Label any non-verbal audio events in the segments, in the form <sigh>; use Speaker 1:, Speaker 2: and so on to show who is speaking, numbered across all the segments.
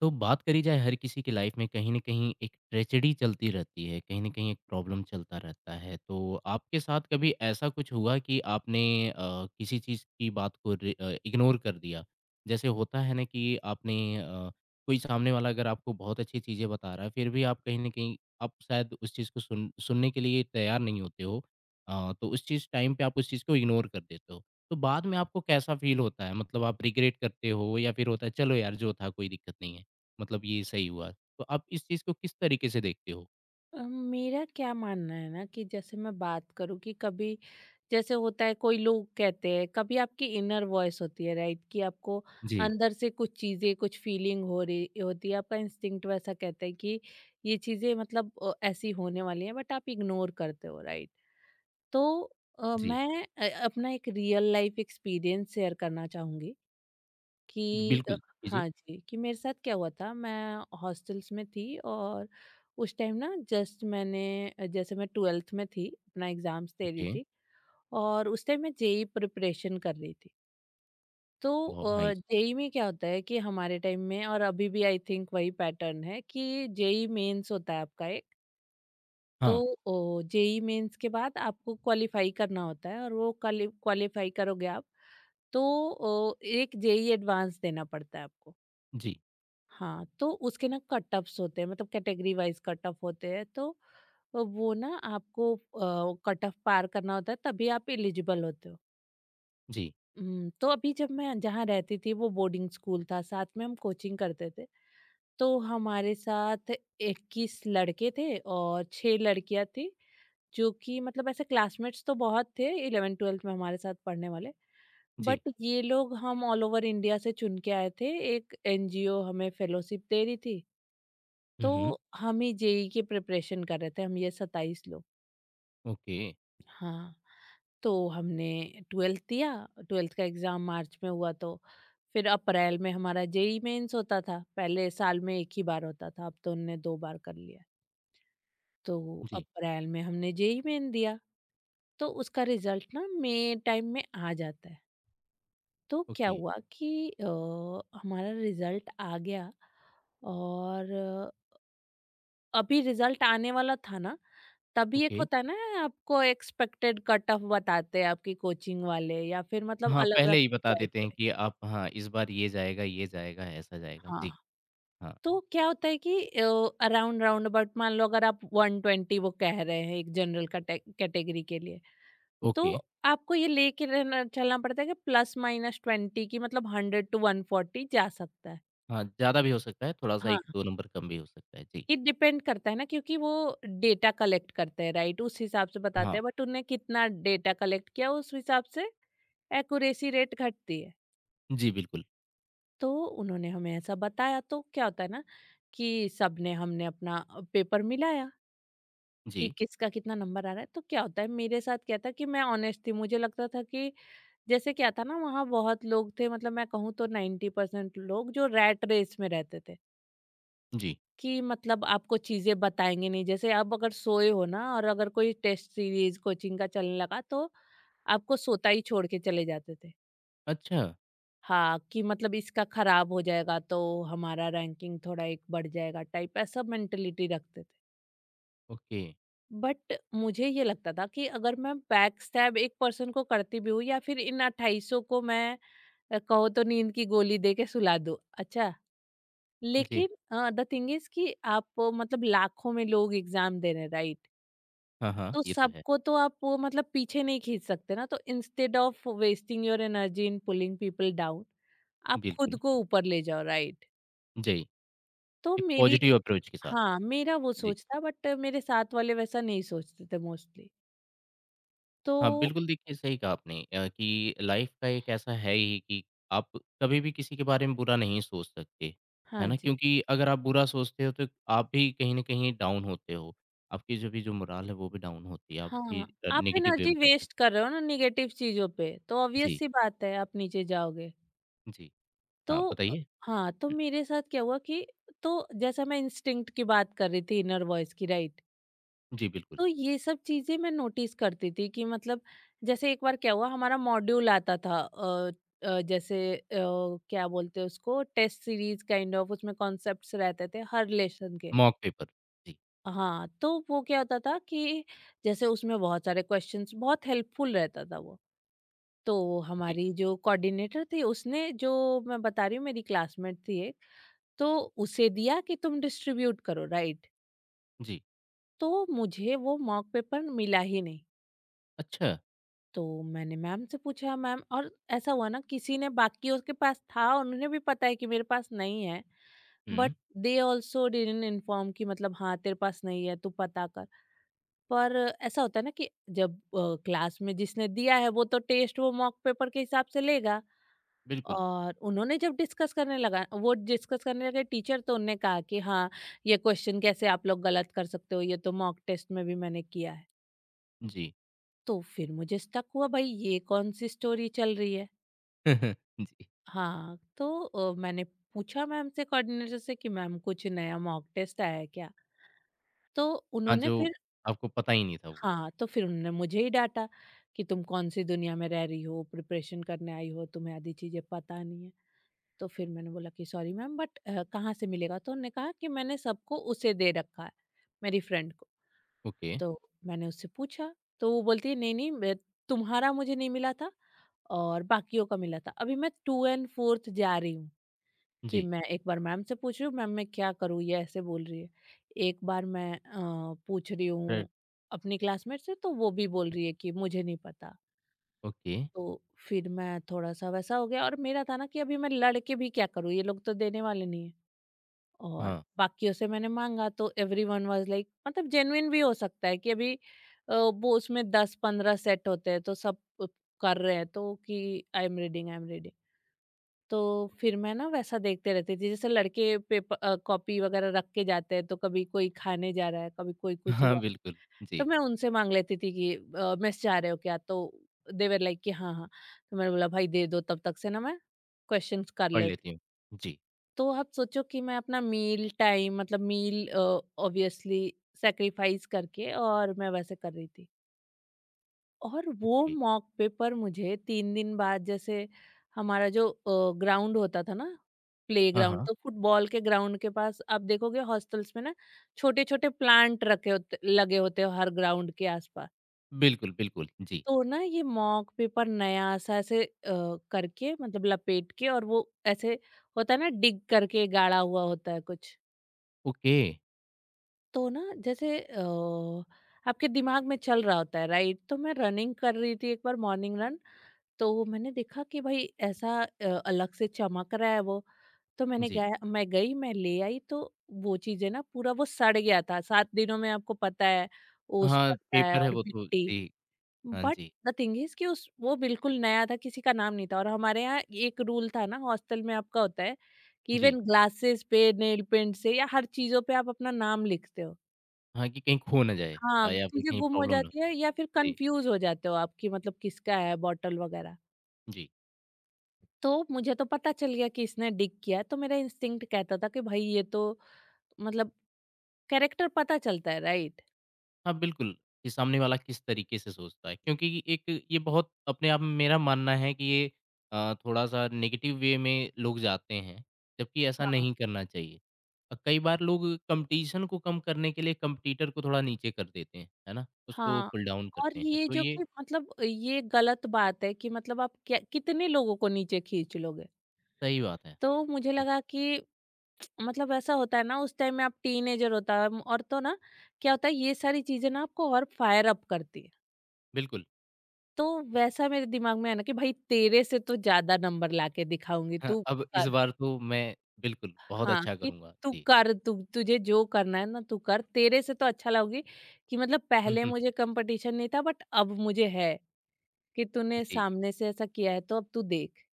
Speaker 1: तो बात करी जाए हर किसी की लाइफ में कहीं न कहीं एक ट्रेजेडी चलती रहती है, कहीं न कहीं एक प्रॉब्लम चलता रहता है। तो आपके साथ कभी ऐसा कुछ हुआ कि आपने अ, किसी चीज़ की बात को इग्नोर कर दिया? जैसे होता है ना कि कोई सामने वाला अगर आपको बहुत अच्छी चीज़ें बता रहा है, फिर भी आप कहीं न कहीं आप शायद उस चीज़ को सुनने के लिए तैयार नहीं होते हो। तो उस चीज़ टाइम पे आप उस चीज़ को इग्नोर कर देते हो। तो बाद में आपको कैसा फ़ील होता है? मतलब आप रिग्रेट करते हो या फिर होता है चलो यार जो था कोई दिक्कत नहीं है? मतलब ये सही हुआ। तो आप इस चीज़ को किस तरीके से देखते हो?
Speaker 2: मेरा क्या मानना है ना कि जैसे मैं बात करूं कि कभी जैसे होता है कोई लोग कहते हैं कभी आपकी इनर वॉइस होती है राइट कि आपको
Speaker 1: जी,
Speaker 2: अंदर से कुछ चीजें कुछ फीलिंग हो रही होती है। आपका इंस्टिंक्ट वैसा कहता है कि ये चीजें मतलब ऐसी होने वाली हैं बट आप इग्नोर करते हो राइट। तो
Speaker 1: जी।
Speaker 2: मैं अपना एक रियल लाइफ एक्सपीरियंस शेयर करना चाहूंगी
Speaker 1: जी,
Speaker 2: कि
Speaker 1: बिल्कुल। जी, जी।
Speaker 2: हाँ जी, कि मेरे साथ क्या हुआ था। मैं हॉस्टल्स में थी और उस टाइम ना जस्ट मैंने जैसे मैं 12th में थी, अपना एग्ज़ाम्स दे रही
Speaker 1: ओके,
Speaker 2: थी और उस टाइम मैं जेईई प्रिपरेशन कर रही थी। तो
Speaker 1: बहुत नाइस।
Speaker 2: जेईई में क्या होता है कि हमारे टाइम में और अभी भी आई थिंक वही पैटर्न है कि जेईई मेंस होता है आपका एक। तो
Speaker 1: हाँ।
Speaker 2: ओ जेईई मेंस के बाद आपको क्वालीफाई करना होता है, और वो क्वालीफाई करोगे आप तो ओ एक जेईई एडवांस देना पड़ता है आपको।
Speaker 1: जी,
Speaker 2: हाँ, तो उसके ना कट ऑफ्स होते हैं, मतलब कैटेगरी वाइज कट ऑफ होते हैं, तो वो ना आपको कट ऑफ पार करना होता है तभी आप एलिजिबल होते हो।
Speaker 1: जी,
Speaker 2: तो अभी जब मैं जहाँ रहती थी वो बोर्डिंग स्कूल था, साथ में हम कोचिंग करते थे। तो हमारे साथ इक्कीस लड़के थे और छह लड़कियाँ थी, जो कि मतलब ऐसे क्लासमेट्स तो बहुत थे इलेवन ट्वेल्थ में हमारे साथ पढ़ने वाले।
Speaker 1: जी।
Speaker 2: बट ये लोग हम ऑल ओवर इंडिया से चुन के आए थे। एक एनजीओ हमें फेलोशिप दे रही थी।
Speaker 1: हुँ,
Speaker 2: तो
Speaker 1: हुँ।
Speaker 2: हमें जेई की प्रिपरेशन कर रहे थे हम ये 27 लोग।
Speaker 1: ओके,
Speaker 2: हाँ, तो हमने ट्वेल्थ दिया। ट्वेल्थ का एग्ज़ाम मार्च में हुआ। तो फिर अप्रैल में हमारा जेई मेंस होता था, पहले साल में एक ही बार होता था, अब तो उनने दो बार कर लिया। तो
Speaker 1: जी,
Speaker 2: अप्रैल में हमने जेई मेन दिया। तो उसका रिजल्ट ना मई टाइम में आ जाता है। तो क्या
Speaker 1: ओके,
Speaker 2: हुआ कि हमारा रिजल्ट आ गया और अभी रिजल्ट आने वाला था ना तभी एक
Speaker 1: ओके।
Speaker 2: होता है ना, आपको एक्सपेक्टेड कट ऑफ बताते हैं आपकी कोचिंग वाले या फिर मतलब
Speaker 1: हाँ,
Speaker 2: अलग अलग
Speaker 1: पहले ही बता
Speaker 2: वेबसाइट
Speaker 1: देते हैं
Speaker 2: पे।
Speaker 1: कि आप हाँ, इस बार ये जाएगा, ऐसा जाएगा।
Speaker 2: हाँ,
Speaker 1: जी, हाँ,
Speaker 2: तो क्या होता है कि अराउंड राउंड अबाउट मान लो अगर आप वन ट्वेंटी वो कह रहे हैं एक जनरल कैटेगरी के लिए, तो
Speaker 1: ओके।
Speaker 2: आपको ये लेके रहना चलना पड़ता है कि प्लस माइनस ट्वेंटी की, मतलब हंड्रेड टू वन फोर्टी जा सकता है।
Speaker 1: हाँ, ज़्यादा भी हो सकता है, थोड़ा-सा
Speaker 2: हाँ,
Speaker 1: 1-2 नंबर कम भी हो सकता है। जी।
Speaker 2: ये डिपेंड करता है ना, क्योंकि वो डेटा कलेक्ट करते हैं राइट, उस हिसाब से बताते
Speaker 1: हाँ।
Speaker 2: हैं, बट उन्हें कितना डेटा कलेक्ट किया उस हिसाब से एक्यूरेसी रेट घटती है।
Speaker 1: जी, बिल्कुल।
Speaker 2: तो उन्होंने हमें ऐसा बताया। तो क्या होता है ना कि सबने हमने अपना पेपर मिलाया कि
Speaker 1: जी,
Speaker 2: किसका कितना नंबर आ रहा है। तो क्या होता है, मेरे साथ क्या था कि मैं ऑनेस्ट थी, मुझे लगता था कि जैसे क्या था ना वहाँ बहुत लोग थे, मतलब मैं कहूँ तो नाइन्टी परसेंट लोग जो रैट रेस में रहते थे
Speaker 1: जी।
Speaker 2: कि मतलब आपको चीजें बताएंगे नहीं। जैसे आप अगर सोए हो ना और अगर कोई टेस्ट सीरीज कोचिंग का चलने लगा, तो आपको सोता ही छोड़ के चले जाते थे।
Speaker 1: अच्छा,
Speaker 2: हाँ, कि मतलब इसका खराब हो जाएगा तो हमारा रैंकिंग थोड़ा एक बढ़ जाएगा टाइप ऐसा मेंटेलिटी रखते थे।
Speaker 1: ओके।
Speaker 2: बट मुझे ये लगता था कि अगर मैं बैक स्टैब एक पर्सन को करती भी हूँ या फिर इन 2800 को मैं कहो तो नींद की गोली दे के सुला दूँ, अच्छा,
Speaker 1: जी।
Speaker 2: लेकिन द थिंग इज कि आप मतलब लाखों में लोग एग्जाम दे रहे राइट,
Speaker 1: हाँ, हाँ,
Speaker 2: तो
Speaker 1: ये तो है।
Speaker 2: सबको तो आप वो मतलब पीछे नहीं खींच सकते ना। तो instead of wasting your energy in pulling people down, आप खुद
Speaker 1: बिल्कुल।
Speaker 2: को ऊपर ले जाओ राइट।
Speaker 1: जी,
Speaker 2: तो
Speaker 1: एक
Speaker 2: मेरी
Speaker 1: पॉज़िटिव अप्रोच के साथ।
Speaker 2: हाँ, मेरा वो
Speaker 1: जी।
Speaker 2: सोच था, बट मेरे साथ वाले वैसा नहीं सोचते थे मोस्टली। तो
Speaker 1: हाँ, बिल्कुल देखिए सही कहा आपने कि लाइफ का एक ऐसा है ही कि आप कभी भी किसी के बारे में बुरा नहीं सोच सकते, है
Speaker 2: हाँ
Speaker 1: ना?
Speaker 2: जी।
Speaker 1: क्योंकि अगर आप बुरा सोचते हो तो आप भी कहीं न कहीं डाउन होते हो। आपकी जो भी जो मोरल है वो भी डाउन होती है, आप भी
Speaker 2: हाँ, आप
Speaker 1: नेगेटिव वे में
Speaker 2: एनर्जी
Speaker 1: जाते
Speaker 2: वेस्ट
Speaker 1: हो।
Speaker 2: कर रहे हो ना नेगेटिव चीज़ों पे, तो ऑब्वियस
Speaker 1: जी,
Speaker 2: सी बात है आप नीचे जाओगे।
Speaker 1: जी। हाँ,
Speaker 2: तो
Speaker 1: बताइए?
Speaker 2: हाँ, तो
Speaker 1: हुँ,
Speaker 2: मेरे साथ क्या हुआ कि तो जैसा मैं इंस्टिंक्ट की बात कर रही थी इनर वॉइस की राइट?
Speaker 1: जी बिल्कुल,
Speaker 2: तो ये सब चीजें मैं नोटिस करती थी कि मतलब जैसे एक बार क्या हुआ, हमारा मॉड्यूल आता था क्या बोलते हैं उसको, टेस्ट सीरीज काइंड ऑफ, उसमें कॉन्सेप्ट्स रहते थे हर लेसन के।
Speaker 1: Mock paper. जी,
Speaker 2: हाँ, तो वो क्या होता था कि जैसे उसमें बहुत सारे क्वेश्चंस, बहुत हेल्पफुल रहता था वो। तो
Speaker 1: जी,
Speaker 2: हमारी जो कोऑर्डिनेटर थी, उसने जो, मैं बता रही हूँ मेरी क्लासमेट थी एक, तो उसे दिया कि तुम डिस्ट्रीब्यूट करो राइट।
Speaker 1: जी।
Speaker 2: तो मुझे वो मॉक पेपर मिला ही नहीं।
Speaker 1: अच्छा!
Speaker 2: तो मैंने मैम से पूछा, मैम और ऐसा हुआ ना किसी ने, बाकियों के पास था और उन्हें भी पता है कि मेरे पास नहीं है, but
Speaker 1: hmm,
Speaker 2: they also didn't inform कि मतलब हाँ तेरे पास नहीं है तू पता कर। पर ऐसा होता है ना कि जब क्लास में जिसने दिया है वो तो टेस्ट वो मॉक पेपर के हिसाब से लेगा,
Speaker 1: बिल्कुल,
Speaker 2: और उन्होंने जब डिस्कस करने लगा वो डिस्कस करने लगे टीचर, तो उनने कहा कि हाँ, ये क्वेश्चन कैसे आप लोग गलत कर सकते हो, ये तो मॉक टेस्ट में भी मैंने किया है।
Speaker 1: जी।
Speaker 2: तो फिर मुझे स्टक हुआ, भाई ये कौन सी स्टोरी चल रही है।
Speaker 1: <laughs> जी,
Speaker 2: हाँ, तो मैंने पूछा मैम से कोऑर्डिनेटर से कि मैम कुछ नया मॉक टेस्ट आया है क्या? तो
Speaker 1: हाँ,
Speaker 2: उन्होंने
Speaker 1: जो
Speaker 2: फिर
Speaker 1: आपको पता ही नहीं था वो।
Speaker 2: हाँ, तो फिर उन्होंने मुझे ही डाँटा कि तुम कौन-सी दुनिया में रह रही हो, प्रिपरेशन करने आई हो, तुम्हें आधी चीज़ें पता नहीं है। तो फिर मैंने बोला कि सॉरी मैम, बट कहाँ से मिलेगा? तो उन्होंने कहा कि मैंने सबको उसे दे रखा है, मेरी फ्रेंड को।
Speaker 1: ओके,
Speaker 2: तो मैंने उससे पूछा, तो वो बोलती है नहीं, नहीं, मैं, तुम्हारा मुझे नहीं मिला था और बाकियों का मिला था। अभी मैं 2 एंड 4th जा रही हूँ। कि
Speaker 1: जी,
Speaker 2: मैं एक बार मैम से पूछ रही हूँ, मैम मैं क्या करूँ? ये ऐसे बोल रही है। एक बार मैं पूछ रही
Speaker 1: रेड
Speaker 2: हूँ अपनी क्लासमेट से, तो वो भी बोल रही है कि मुझे नहीं पता।
Speaker 1: ओके,
Speaker 2: तो फिर मैं, थोड़ा-सा वैसा हो गया और मेरा था ना कि अभी मैं लड़ के भी क्या करूँ? ये लोग तो देने वाले नहीं हैं। और
Speaker 1: हाँ,
Speaker 2: बाकियों से मैंने माँगा तो एवरीवन वाज़ लाइक, मतलब जेन्युइन भी हो सकता है कि अभी वो उसमें 10-15 सेट होते हैं तो सब अ, कर रहे हैं तो कि I am reading, I am reading. तो
Speaker 1: ओके।
Speaker 2: फिर मैं ना वैसा देखते रहती थी, जैसे लड़के पेपर कॉपी वगैरह रख के जाते हैं, तो कभी कोई खाने जा रहा है, कभी कोई कुछ ही
Speaker 1: हाँ,
Speaker 2: जा रहा है,
Speaker 1: बिल्कुल।
Speaker 2: तो
Speaker 1: जी,
Speaker 2: मैं उनसे मांग लेती थी कि "मेस जा रहे हो क्या?" तो देवर लाइक कि हाँ, हाँ। तो मैंने बोला भाई दे दो, तब तक से ना मैं क्वेश्चंस कर
Speaker 1: पढ़
Speaker 2: लेती।
Speaker 1: लेती हूँ। जी,
Speaker 2: तो आप सोचो कि मैं अपना मील टाइम, मतलब मील ऑब्वियसली सैक्रिफाइस करके, और मैं वैसे कर रही थी। और वो
Speaker 1: ओके।
Speaker 2: मॉक पेपर मुझे 3 दिन बाद जैसे, हमारा जो ग्राउंड होता था ना,
Speaker 1: हाँ,
Speaker 2: प्लेग्राउंड,
Speaker 1: हाँ।
Speaker 2: तो फुटबॉल के ग्राउंड के पास आप देखोगे हॉस्टल्स में ना छोटे-छोटे प्लांट रखे होते लगे होते हैं हर ग्राउंड के आसपास।
Speaker 1: बिल्कुल, बिल्कुल। जी,
Speaker 2: तो ना ये मॉक पेपर नया सा ऐसे करके मतलब लपेट के, और वो ऐसे होता है ना डिग करके गाढ़ा हुआ होता है कुछ।
Speaker 1: ओके।
Speaker 2: तो ना जैसे आपके दिमाग में चल रहा होता है राइट? तो मैं रनिंग कर रही थी एक बार, मॉर्निंग रन, तो मैंने देखा कि भाई ऐसा अलग से चमक रहा है वो। तो मैंने
Speaker 1: जी।
Speaker 2: गया मैं गई मैं ले आई, तो वो चीजें ना पूरा वो सड़ गया था सात दिनों में, आपको पता है ओस
Speaker 1: हाँ,
Speaker 2: पड़ता है
Speaker 1: पेपर है
Speaker 2: और
Speaker 1: वो तो
Speaker 2: मिट्टी।
Speaker 1: जी। हाँ
Speaker 2: बट
Speaker 1: जी।
Speaker 2: द थिंग इज कि उस वो बिल्कुल नया था, किसी का नाम नहीं था, और हमारे यहाँ एक रूल था ना हॉस्टल में आपका होता है कि
Speaker 1: जी।
Speaker 2: इवन ग्लासेस पे नेल पेंट से या हर चीजों पे आप अपना नाम लिखते हो।
Speaker 1: हाँ, कि कहीं खो ना जाए
Speaker 2: हाँ,
Speaker 1: या फिर
Speaker 2: चीजें
Speaker 1: कहीं
Speaker 2: गुम हो
Speaker 1: प्रॉब्लम ना हो।
Speaker 2: जाती है या फिर
Speaker 1: जी,
Speaker 2: कंफ्यूज हो जाते हो आपकी, मतलब किसका है बॉटल वगैरह।
Speaker 1: जी।
Speaker 2: तो मुझे तो पता चल गया कि इसने डिग किया है, तो मेरा इंस्टिंक्ट कहता था कि भाई ये तो मतलब कैरेक्टर पता चलता है राइट।
Speaker 1: हाँ, बिल्कुल, कि सामने वाला किस तरीके से सोचता है क्योंकि एक ये बहुत अपने आप में मेरा मानना है कि ये थोड़ा-सा नेगेटिव वे में लोग जाते हैं, जबकि ऐसा
Speaker 2: हाँ
Speaker 1: नहीं करना चाहिए। कई बार लोग कॉम्पिटिशन को कम करने के लिए कॉम्पिटिटर को थोड़ा नीचे कर देते हैं, है ना? उसको
Speaker 2: हाँ
Speaker 1: पुल डाउन
Speaker 2: और
Speaker 1: करते हैं,
Speaker 2: ये
Speaker 1: तो
Speaker 2: जो
Speaker 1: ये
Speaker 2: कि मतलब ये गलत बात है कि मतलब आप क्या कितने लोगों को नीचे खींच लोगे।
Speaker 1: सही बात है।
Speaker 2: तो मुझे
Speaker 1: जी,
Speaker 2: लगा कि मतलब ऐसा होता है ना उस टाइम में आप टीनेजर होता है, और तो ना क्या होता है ये सारी चीजें ना आपको और फायर अप करती है।
Speaker 1: बिल्कुल,
Speaker 2: तो
Speaker 1: जी।
Speaker 2: वैसा मेरे दिमाग में आना कि भाई तेरे से तो ज्यादा नंबर लाके दिखाऊंगी,
Speaker 1: हाँ,
Speaker 2: तू
Speaker 1: अब इस
Speaker 2: कर।
Speaker 1: बार तो मैं बिल्कुल बहुत
Speaker 2: हाँ,
Speaker 1: अच्छा
Speaker 2: कि
Speaker 1: करूँगा।
Speaker 2: तू
Speaker 1: जी।
Speaker 2: कर, तु तुझे जो करना है ना तू कर, तेरे से तो अच्छा लगेगी, कि मतलब
Speaker 1: <laughs>
Speaker 2: पहले
Speaker 1: हुँ,
Speaker 2: मुझे कंपटीशन नहीं था बट अब मुझे है, कि
Speaker 1: हुँ।
Speaker 2: तूने
Speaker 1: जी,
Speaker 2: सामने से ऐसा किया है तो अब तू देख।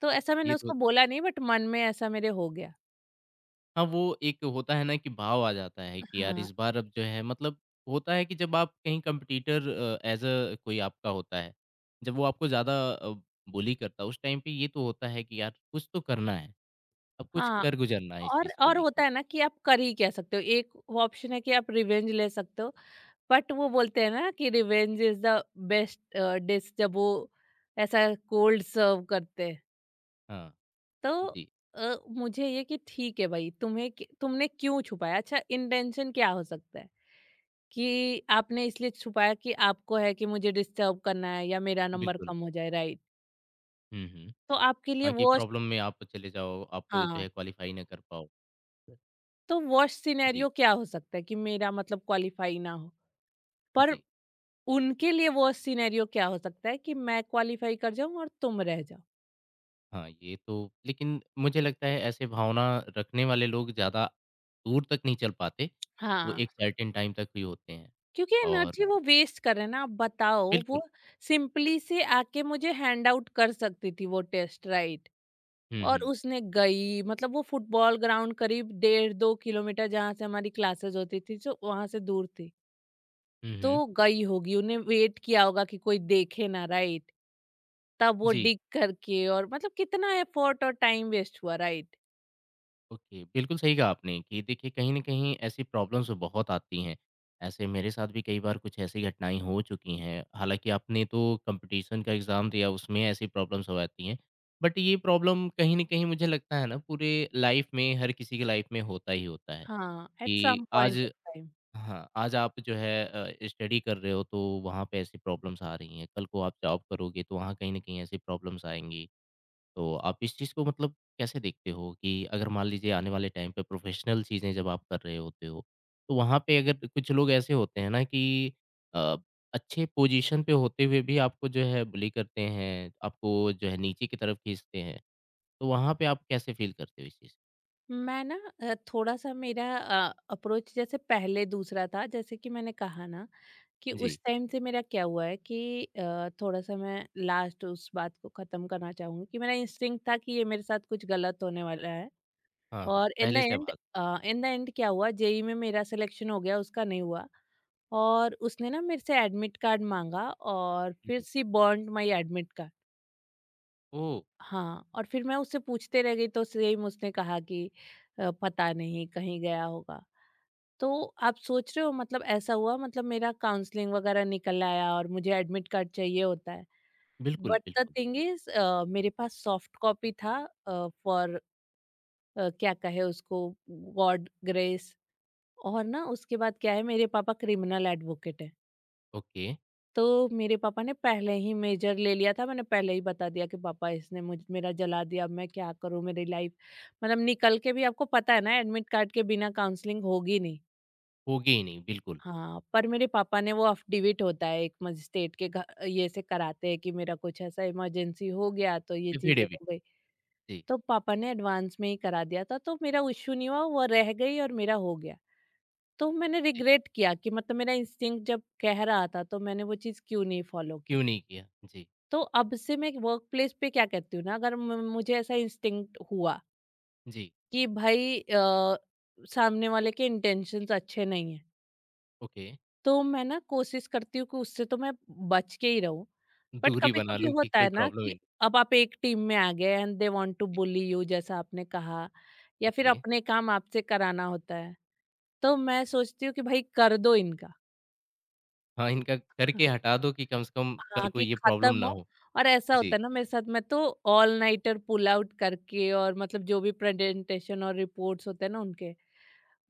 Speaker 2: तो ऐसा
Speaker 1: ये
Speaker 2: मैंने
Speaker 1: तो
Speaker 2: उसको बोला नहीं, बट मन में ऐसा मेरे हो गया।
Speaker 1: हाँ, वो एक होता है ना कि भाव आ जाता है कि यार
Speaker 2: हाँ,
Speaker 1: इस बार अब जो है मतलब होता है कि जब आप कहीं कंपटीटर एज अ कोई आपका होता है, जब वो आपको ज़्यादा बुली करता है उस टाइम पे ये तो होता है कि यार कुछ तो करना है, अब कुछ
Speaker 2: हाँ।
Speaker 1: कर गुज़रना है इस
Speaker 2: और
Speaker 1: चीज़ को
Speaker 2: और
Speaker 1: लेके।
Speaker 2: होता है ना कि आप कर ही क्या सकते हो। एक ऑप्शन है कि आप रिवेंज ले सकते हो, बट वो बोलते हैं ना कि revenge is the best dish जब वो ऐसा कोल्ड सर्व करते हैं।
Speaker 1: हाँ,
Speaker 2: तो
Speaker 1: जी,
Speaker 2: मुझे ये कि ठीक है भाई तुम्हें तुमने क्यों छुपाया? अच्छा इंटेंशन क्या हो सकता है कि आपने इसलिए छुपाया कि आपको है कि मुझे डिस्टर्ब करना है या मेरा नंबर
Speaker 1: बिल्कुल।
Speaker 2: कम हो जाए, राइट।
Speaker 1: हुँ, हुँ।
Speaker 2: तो आपके लिए
Speaker 1: हाँ, कि
Speaker 2: वर्स्ट।
Speaker 1: प्रॉब्लम में आप चले जाओ, आप जो
Speaker 2: हाँ,
Speaker 1: है क्वालीफाई ना कर पाओ।
Speaker 2: तो वर्स्ट
Speaker 1: जी,
Speaker 2: सिनेरियो क्या हो सकता है कि मेरा मतलब क्वालिफाई ना हो, पर
Speaker 1: जी।
Speaker 2: उनके लिए वर्स्ट सिनेरियो क्या हो सकता है कि मैं क्वालिफाई कर जाऊं और तुम रह जाओ।
Speaker 1: हाँ, ये तो लेकिन मुझे लगता है ऐसे भावना रखने वाले लोग ज़्यादा दूर तक नहीं चल पाते। वो
Speaker 2: हाँ,
Speaker 1: एक सर्टेन टाइम तक ही होते हैं
Speaker 2: क्योंकि
Speaker 1: और
Speaker 2: एनर्जी वो वेस्ट कर रहे हैं ना। आप बताओ,
Speaker 1: बिल्कुल।
Speaker 2: वो सिंपली से आके मुझे हैंड आउट कर सकती थी वो टेस्ट, राइट।
Speaker 1: हुँ,
Speaker 2: और
Speaker 1: हुँ।
Speaker 2: उसने गई मतलब वो फुटबॉल ग्राउंड करीब 1.5 2 किलोमीटर जहाँ से हमारी क्लासेस होती थी जो वहां से दूर थी।
Speaker 1: हुँ,
Speaker 2: तो
Speaker 1: हुँ।
Speaker 2: गई होगी, उन्हें वेट किया होगा कि कोई देखे ना, राइट। तब वो
Speaker 1: जी,
Speaker 2: डिग करके और मतलब कितना एफर्ट और टाइम वेस्ट हुआ, राइट।
Speaker 1: ओके। बिल्कुल सही कहा आपने कि देखिए कहीं न कहीं ऐसी प्रॉब्लम्स बहुत आती हैं। ऐसे मेरे साथ भी कई बार कुछ ऐसी घटनाएँ हो चुकी हैं। हालाँकि आपने तो कॉम्पिटिशन का एग्ज़ाम दिया उसमें ऐसी प्रॉब्लम्स हो जाती हैं। बट ये प्रॉब्लम कहीं न कहीं मुझे लगता है ना पूरे लाइफ़ में हर किसी की लाइफ़ में होता ही होता है
Speaker 2: हाँ एट
Speaker 1: कि
Speaker 2: सम
Speaker 1: आज
Speaker 2: पॉइंट ऑफ।
Speaker 1: हाँ, आज आप जो है स्टडी कर रहे हो तो वहाँ पे ऐसी प्रॉब्लम्स आ रही हैं, कल को आप जॉब करोगे तो वहाँ कहीं न कहीं ऐसी प्रॉब्लम्स आएँगी। तो आप इस चीज़ को मतलब कैसे देखते हो कि अगर मान लीजिए आने वाले टाइम पे प्रोफ़ेशनल चीज़ें जब आप कर रहे होते हो, तो वहाँ पे अगर कुछ लोग ऐसे होते हैं ना कि अ, अच्छे पोज़ीशन पे होते हुए भी आपको जो है बुली करते हैं, आपको जो है नीचे की तरफ खींचते हैं, तो वहाँ पे आप कैसे फ़ील करते हो इस चीज़?
Speaker 2: मैं ना थोड़ा-सा मेरा अप्रोच जैसे पहले दूसरा था, जैसे कि मैंने कहा ना कि उस
Speaker 1: जी,
Speaker 2: टाइम से मेरा क्या हुआ है कि थोड़ा-सा मैं लास्ट उस बात को ख़त्म करना चाहूँगी कि मेरा इंस्टिंक्ट था कि ये मेरे साथ कुछ गलत होने वाला है।
Speaker 1: हाँ, हाँ,
Speaker 2: और इन द
Speaker 1: पहले से
Speaker 2: एंड
Speaker 1: आभार।
Speaker 2: अ, इन द एंड क्या हुआ, जेईई में मेरा सिलेक्शन हो गया, उसका नहीं हुआ। और उसने ना मेरे से एडमिट कार्ड माँगा और फिर
Speaker 1: जी,
Speaker 2: she want my admit card.
Speaker 1: Oh!
Speaker 2: हाँ, और फिर मैं उससे पूछते रह गई तो सेम उसने कहा कि पता नहीं कहीं गया होगा"। तो आप सोच रहे हो मतलब ऐसा हुआ, मतलब मेरा काउंसलिंग वगैरह निकल आया और मुझे एडमिट कार्ड चाहिए होता है।
Speaker 1: बिल्कुल,
Speaker 2: बट द
Speaker 1: बिल्कुल,
Speaker 2: थिंग इज मेरे पास सॉफ्ट कॉपी था फॉर, क्या कहे उसको, गॉड ग्रेस। और ना उसके बाद क्या है, मेरे पापा क्रिमिनल एडवोकेट है।
Speaker 1: ओके।
Speaker 2: तो मेरे पापा ने पहले ही मेजर ले लिया था, मैंने पहले ही बता दिया कि पापा इसने मुझ मेरा जला दिया, अब मैं क्या करूँ मेरी लाइफ। मतलब निकल के भी आपको पता है ना एडमिट कार्ड के बिना काउंसलिंग होगी नहीं।
Speaker 1: होगी ही नहीं, बिल्कुल।
Speaker 2: हाँ, पर मेरे पापा ने वो अफिडेविट होता है एक मजिस्ट्रेट के ये से कराते हैं कि मेरा कुछ ऐसा इमरजेंसी हो गया तो ये चीजें
Speaker 1: एफ़िडेविट
Speaker 2: हो गई।
Speaker 1: जी,
Speaker 2: तो पापा ने एडवांस में ही करा दिया था, तो मेरा इश्यू नहीं हुआ, वो रह गई और मेरा हो गया। तो मैंने
Speaker 1: जी,
Speaker 2: रिग्रेट किया कि मतलब मेरा इंस्टिंक्ट जब कह रहा था तो मैंने वो चीज़ क्यों नहीं फॉलो की।
Speaker 1: क्यों नहीं किया? जी,
Speaker 2: तो अब से मैं वर्क प्लेस पे क्या कहती हूँ ना, अगर मुझे ऐसा इंस्टिंक्ट हुआ
Speaker 1: जी,
Speaker 2: कि भाई सामने वाले के इंटेंशंस अच्छे नहीं है,
Speaker 1: ओके,
Speaker 2: तो मैं ना कोशिश करती हूँ कि उससे तो मैं बच के ही रहूं। बट
Speaker 1: दूरी
Speaker 2: कभी
Speaker 1: बना
Speaker 2: कभी
Speaker 1: लूँ कि
Speaker 2: होता
Speaker 1: कोई
Speaker 2: है ना
Speaker 1: प्रॉब्लम ही
Speaker 2: कि
Speaker 1: नहीं।
Speaker 2: अब आप एक टीम में आ गए एंड दे वांट टू
Speaker 1: जी,
Speaker 2: बुली यू, जैसा आपने कहा, या फिर
Speaker 1: ओके।
Speaker 2: अपने काम आपसे कराना होता है। तो मैं सोचती हूँ कि भाई कर दो इनका।
Speaker 1: हाँ, इनका करके
Speaker 2: <laughs>
Speaker 1: हटा दो कि कम से कम कल
Speaker 2: हाँ,
Speaker 1: को
Speaker 2: कि
Speaker 1: ये प्रॉब्लम
Speaker 2: खत्म
Speaker 1: ना
Speaker 2: हो।
Speaker 1: हो।
Speaker 2: और ऐसा होता
Speaker 1: जी,
Speaker 2: है ना मेरे साथ, मैं तो ऑल नाइटर पुल आउट करके और मतलब जो भी प्रेजेंटेशन और रिपोर्ट्स होते हैं ना उनके,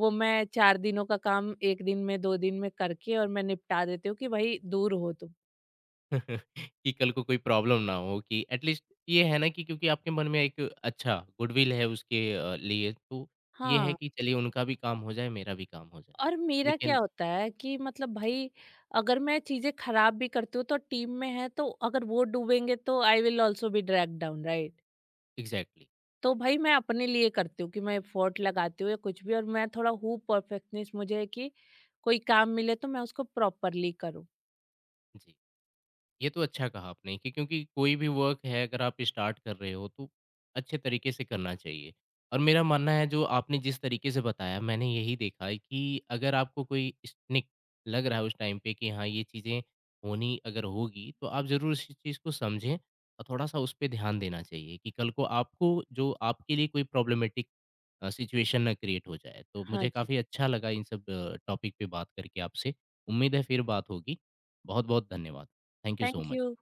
Speaker 2: वो मैं 4 दिनों का काम 1 दिन में 2 दिन में करके और मैं निपटा देती हूँ कि भाई दूर हो तुम।
Speaker 1: <laughs> कि कल को कोई प्रॉब्लम ना हो कि एटलीस्ट ये है ना कि क्योंकि आपके मन में एक अच्छा गुडविल है उसके लिए तो ये है
Speaker 2: हाँ,
Speaker 1: कि चलिए उनका भी काम हो जाए, मेरा भी काम हो जाए।
Speaker 2: और मेरा क्या
Speaker 1: लेकिन
Speaker 2: होता है कि मतलब
Speaker 1: जी,
Speaker 2: भाई अगर मैं चीजें खराब भी करती हूँ तो टीम में है तो अगर वो डूबेंगे तो I will also be drag down, right.
Speaker 1: Exactly.
Speaker 2: तो भाई मैं अपने लिए करती हूँ कि मैं एफर्ट लगाती हूँ या कुछ भी, और मैं थोड़ा हूँ, परफेक्टनेस मुझे है कि कोई काम मिले तो मैं उसको प्रॉपरली करूँ।
Speaker 1: जी। ये तो अच्छा कहा आपने कि क्योंकि कोई भी वर्क है अगर आप स्टार्ट कर रहे हो तो अच्छे तरीके से करना चाहिए और मेरा मानना है जो आपने जिस तरीके से बताया मैंने यही देखा है कि अगर आपको कोई स्निक लग रहा है उस टाइम पे कि हाँ ये चीज़ें होनी अगर होगी तो आप ज़रूर इस चीज़ को समझें और थोड़ा सा उस पर ध्यान देना चाहिए कि कल को आपको जो आपके लिए कोई प्रॉब्लमेटिक सिचुएशन ना क्रिएट हो जाए तो
Speaker 2: हाँ
Speaker 1: मुझे
Speaker 2: जी।
Speaker 1: काफ़ी अच्छा लगा इन सब टॉपिक पे बात करके आपसे उम्मीद है फिर बात होगी बहुत बहुत धन्यवाद Thank you so
Speaker 2: thank
Speaker 1: much.
Speaker 2: You.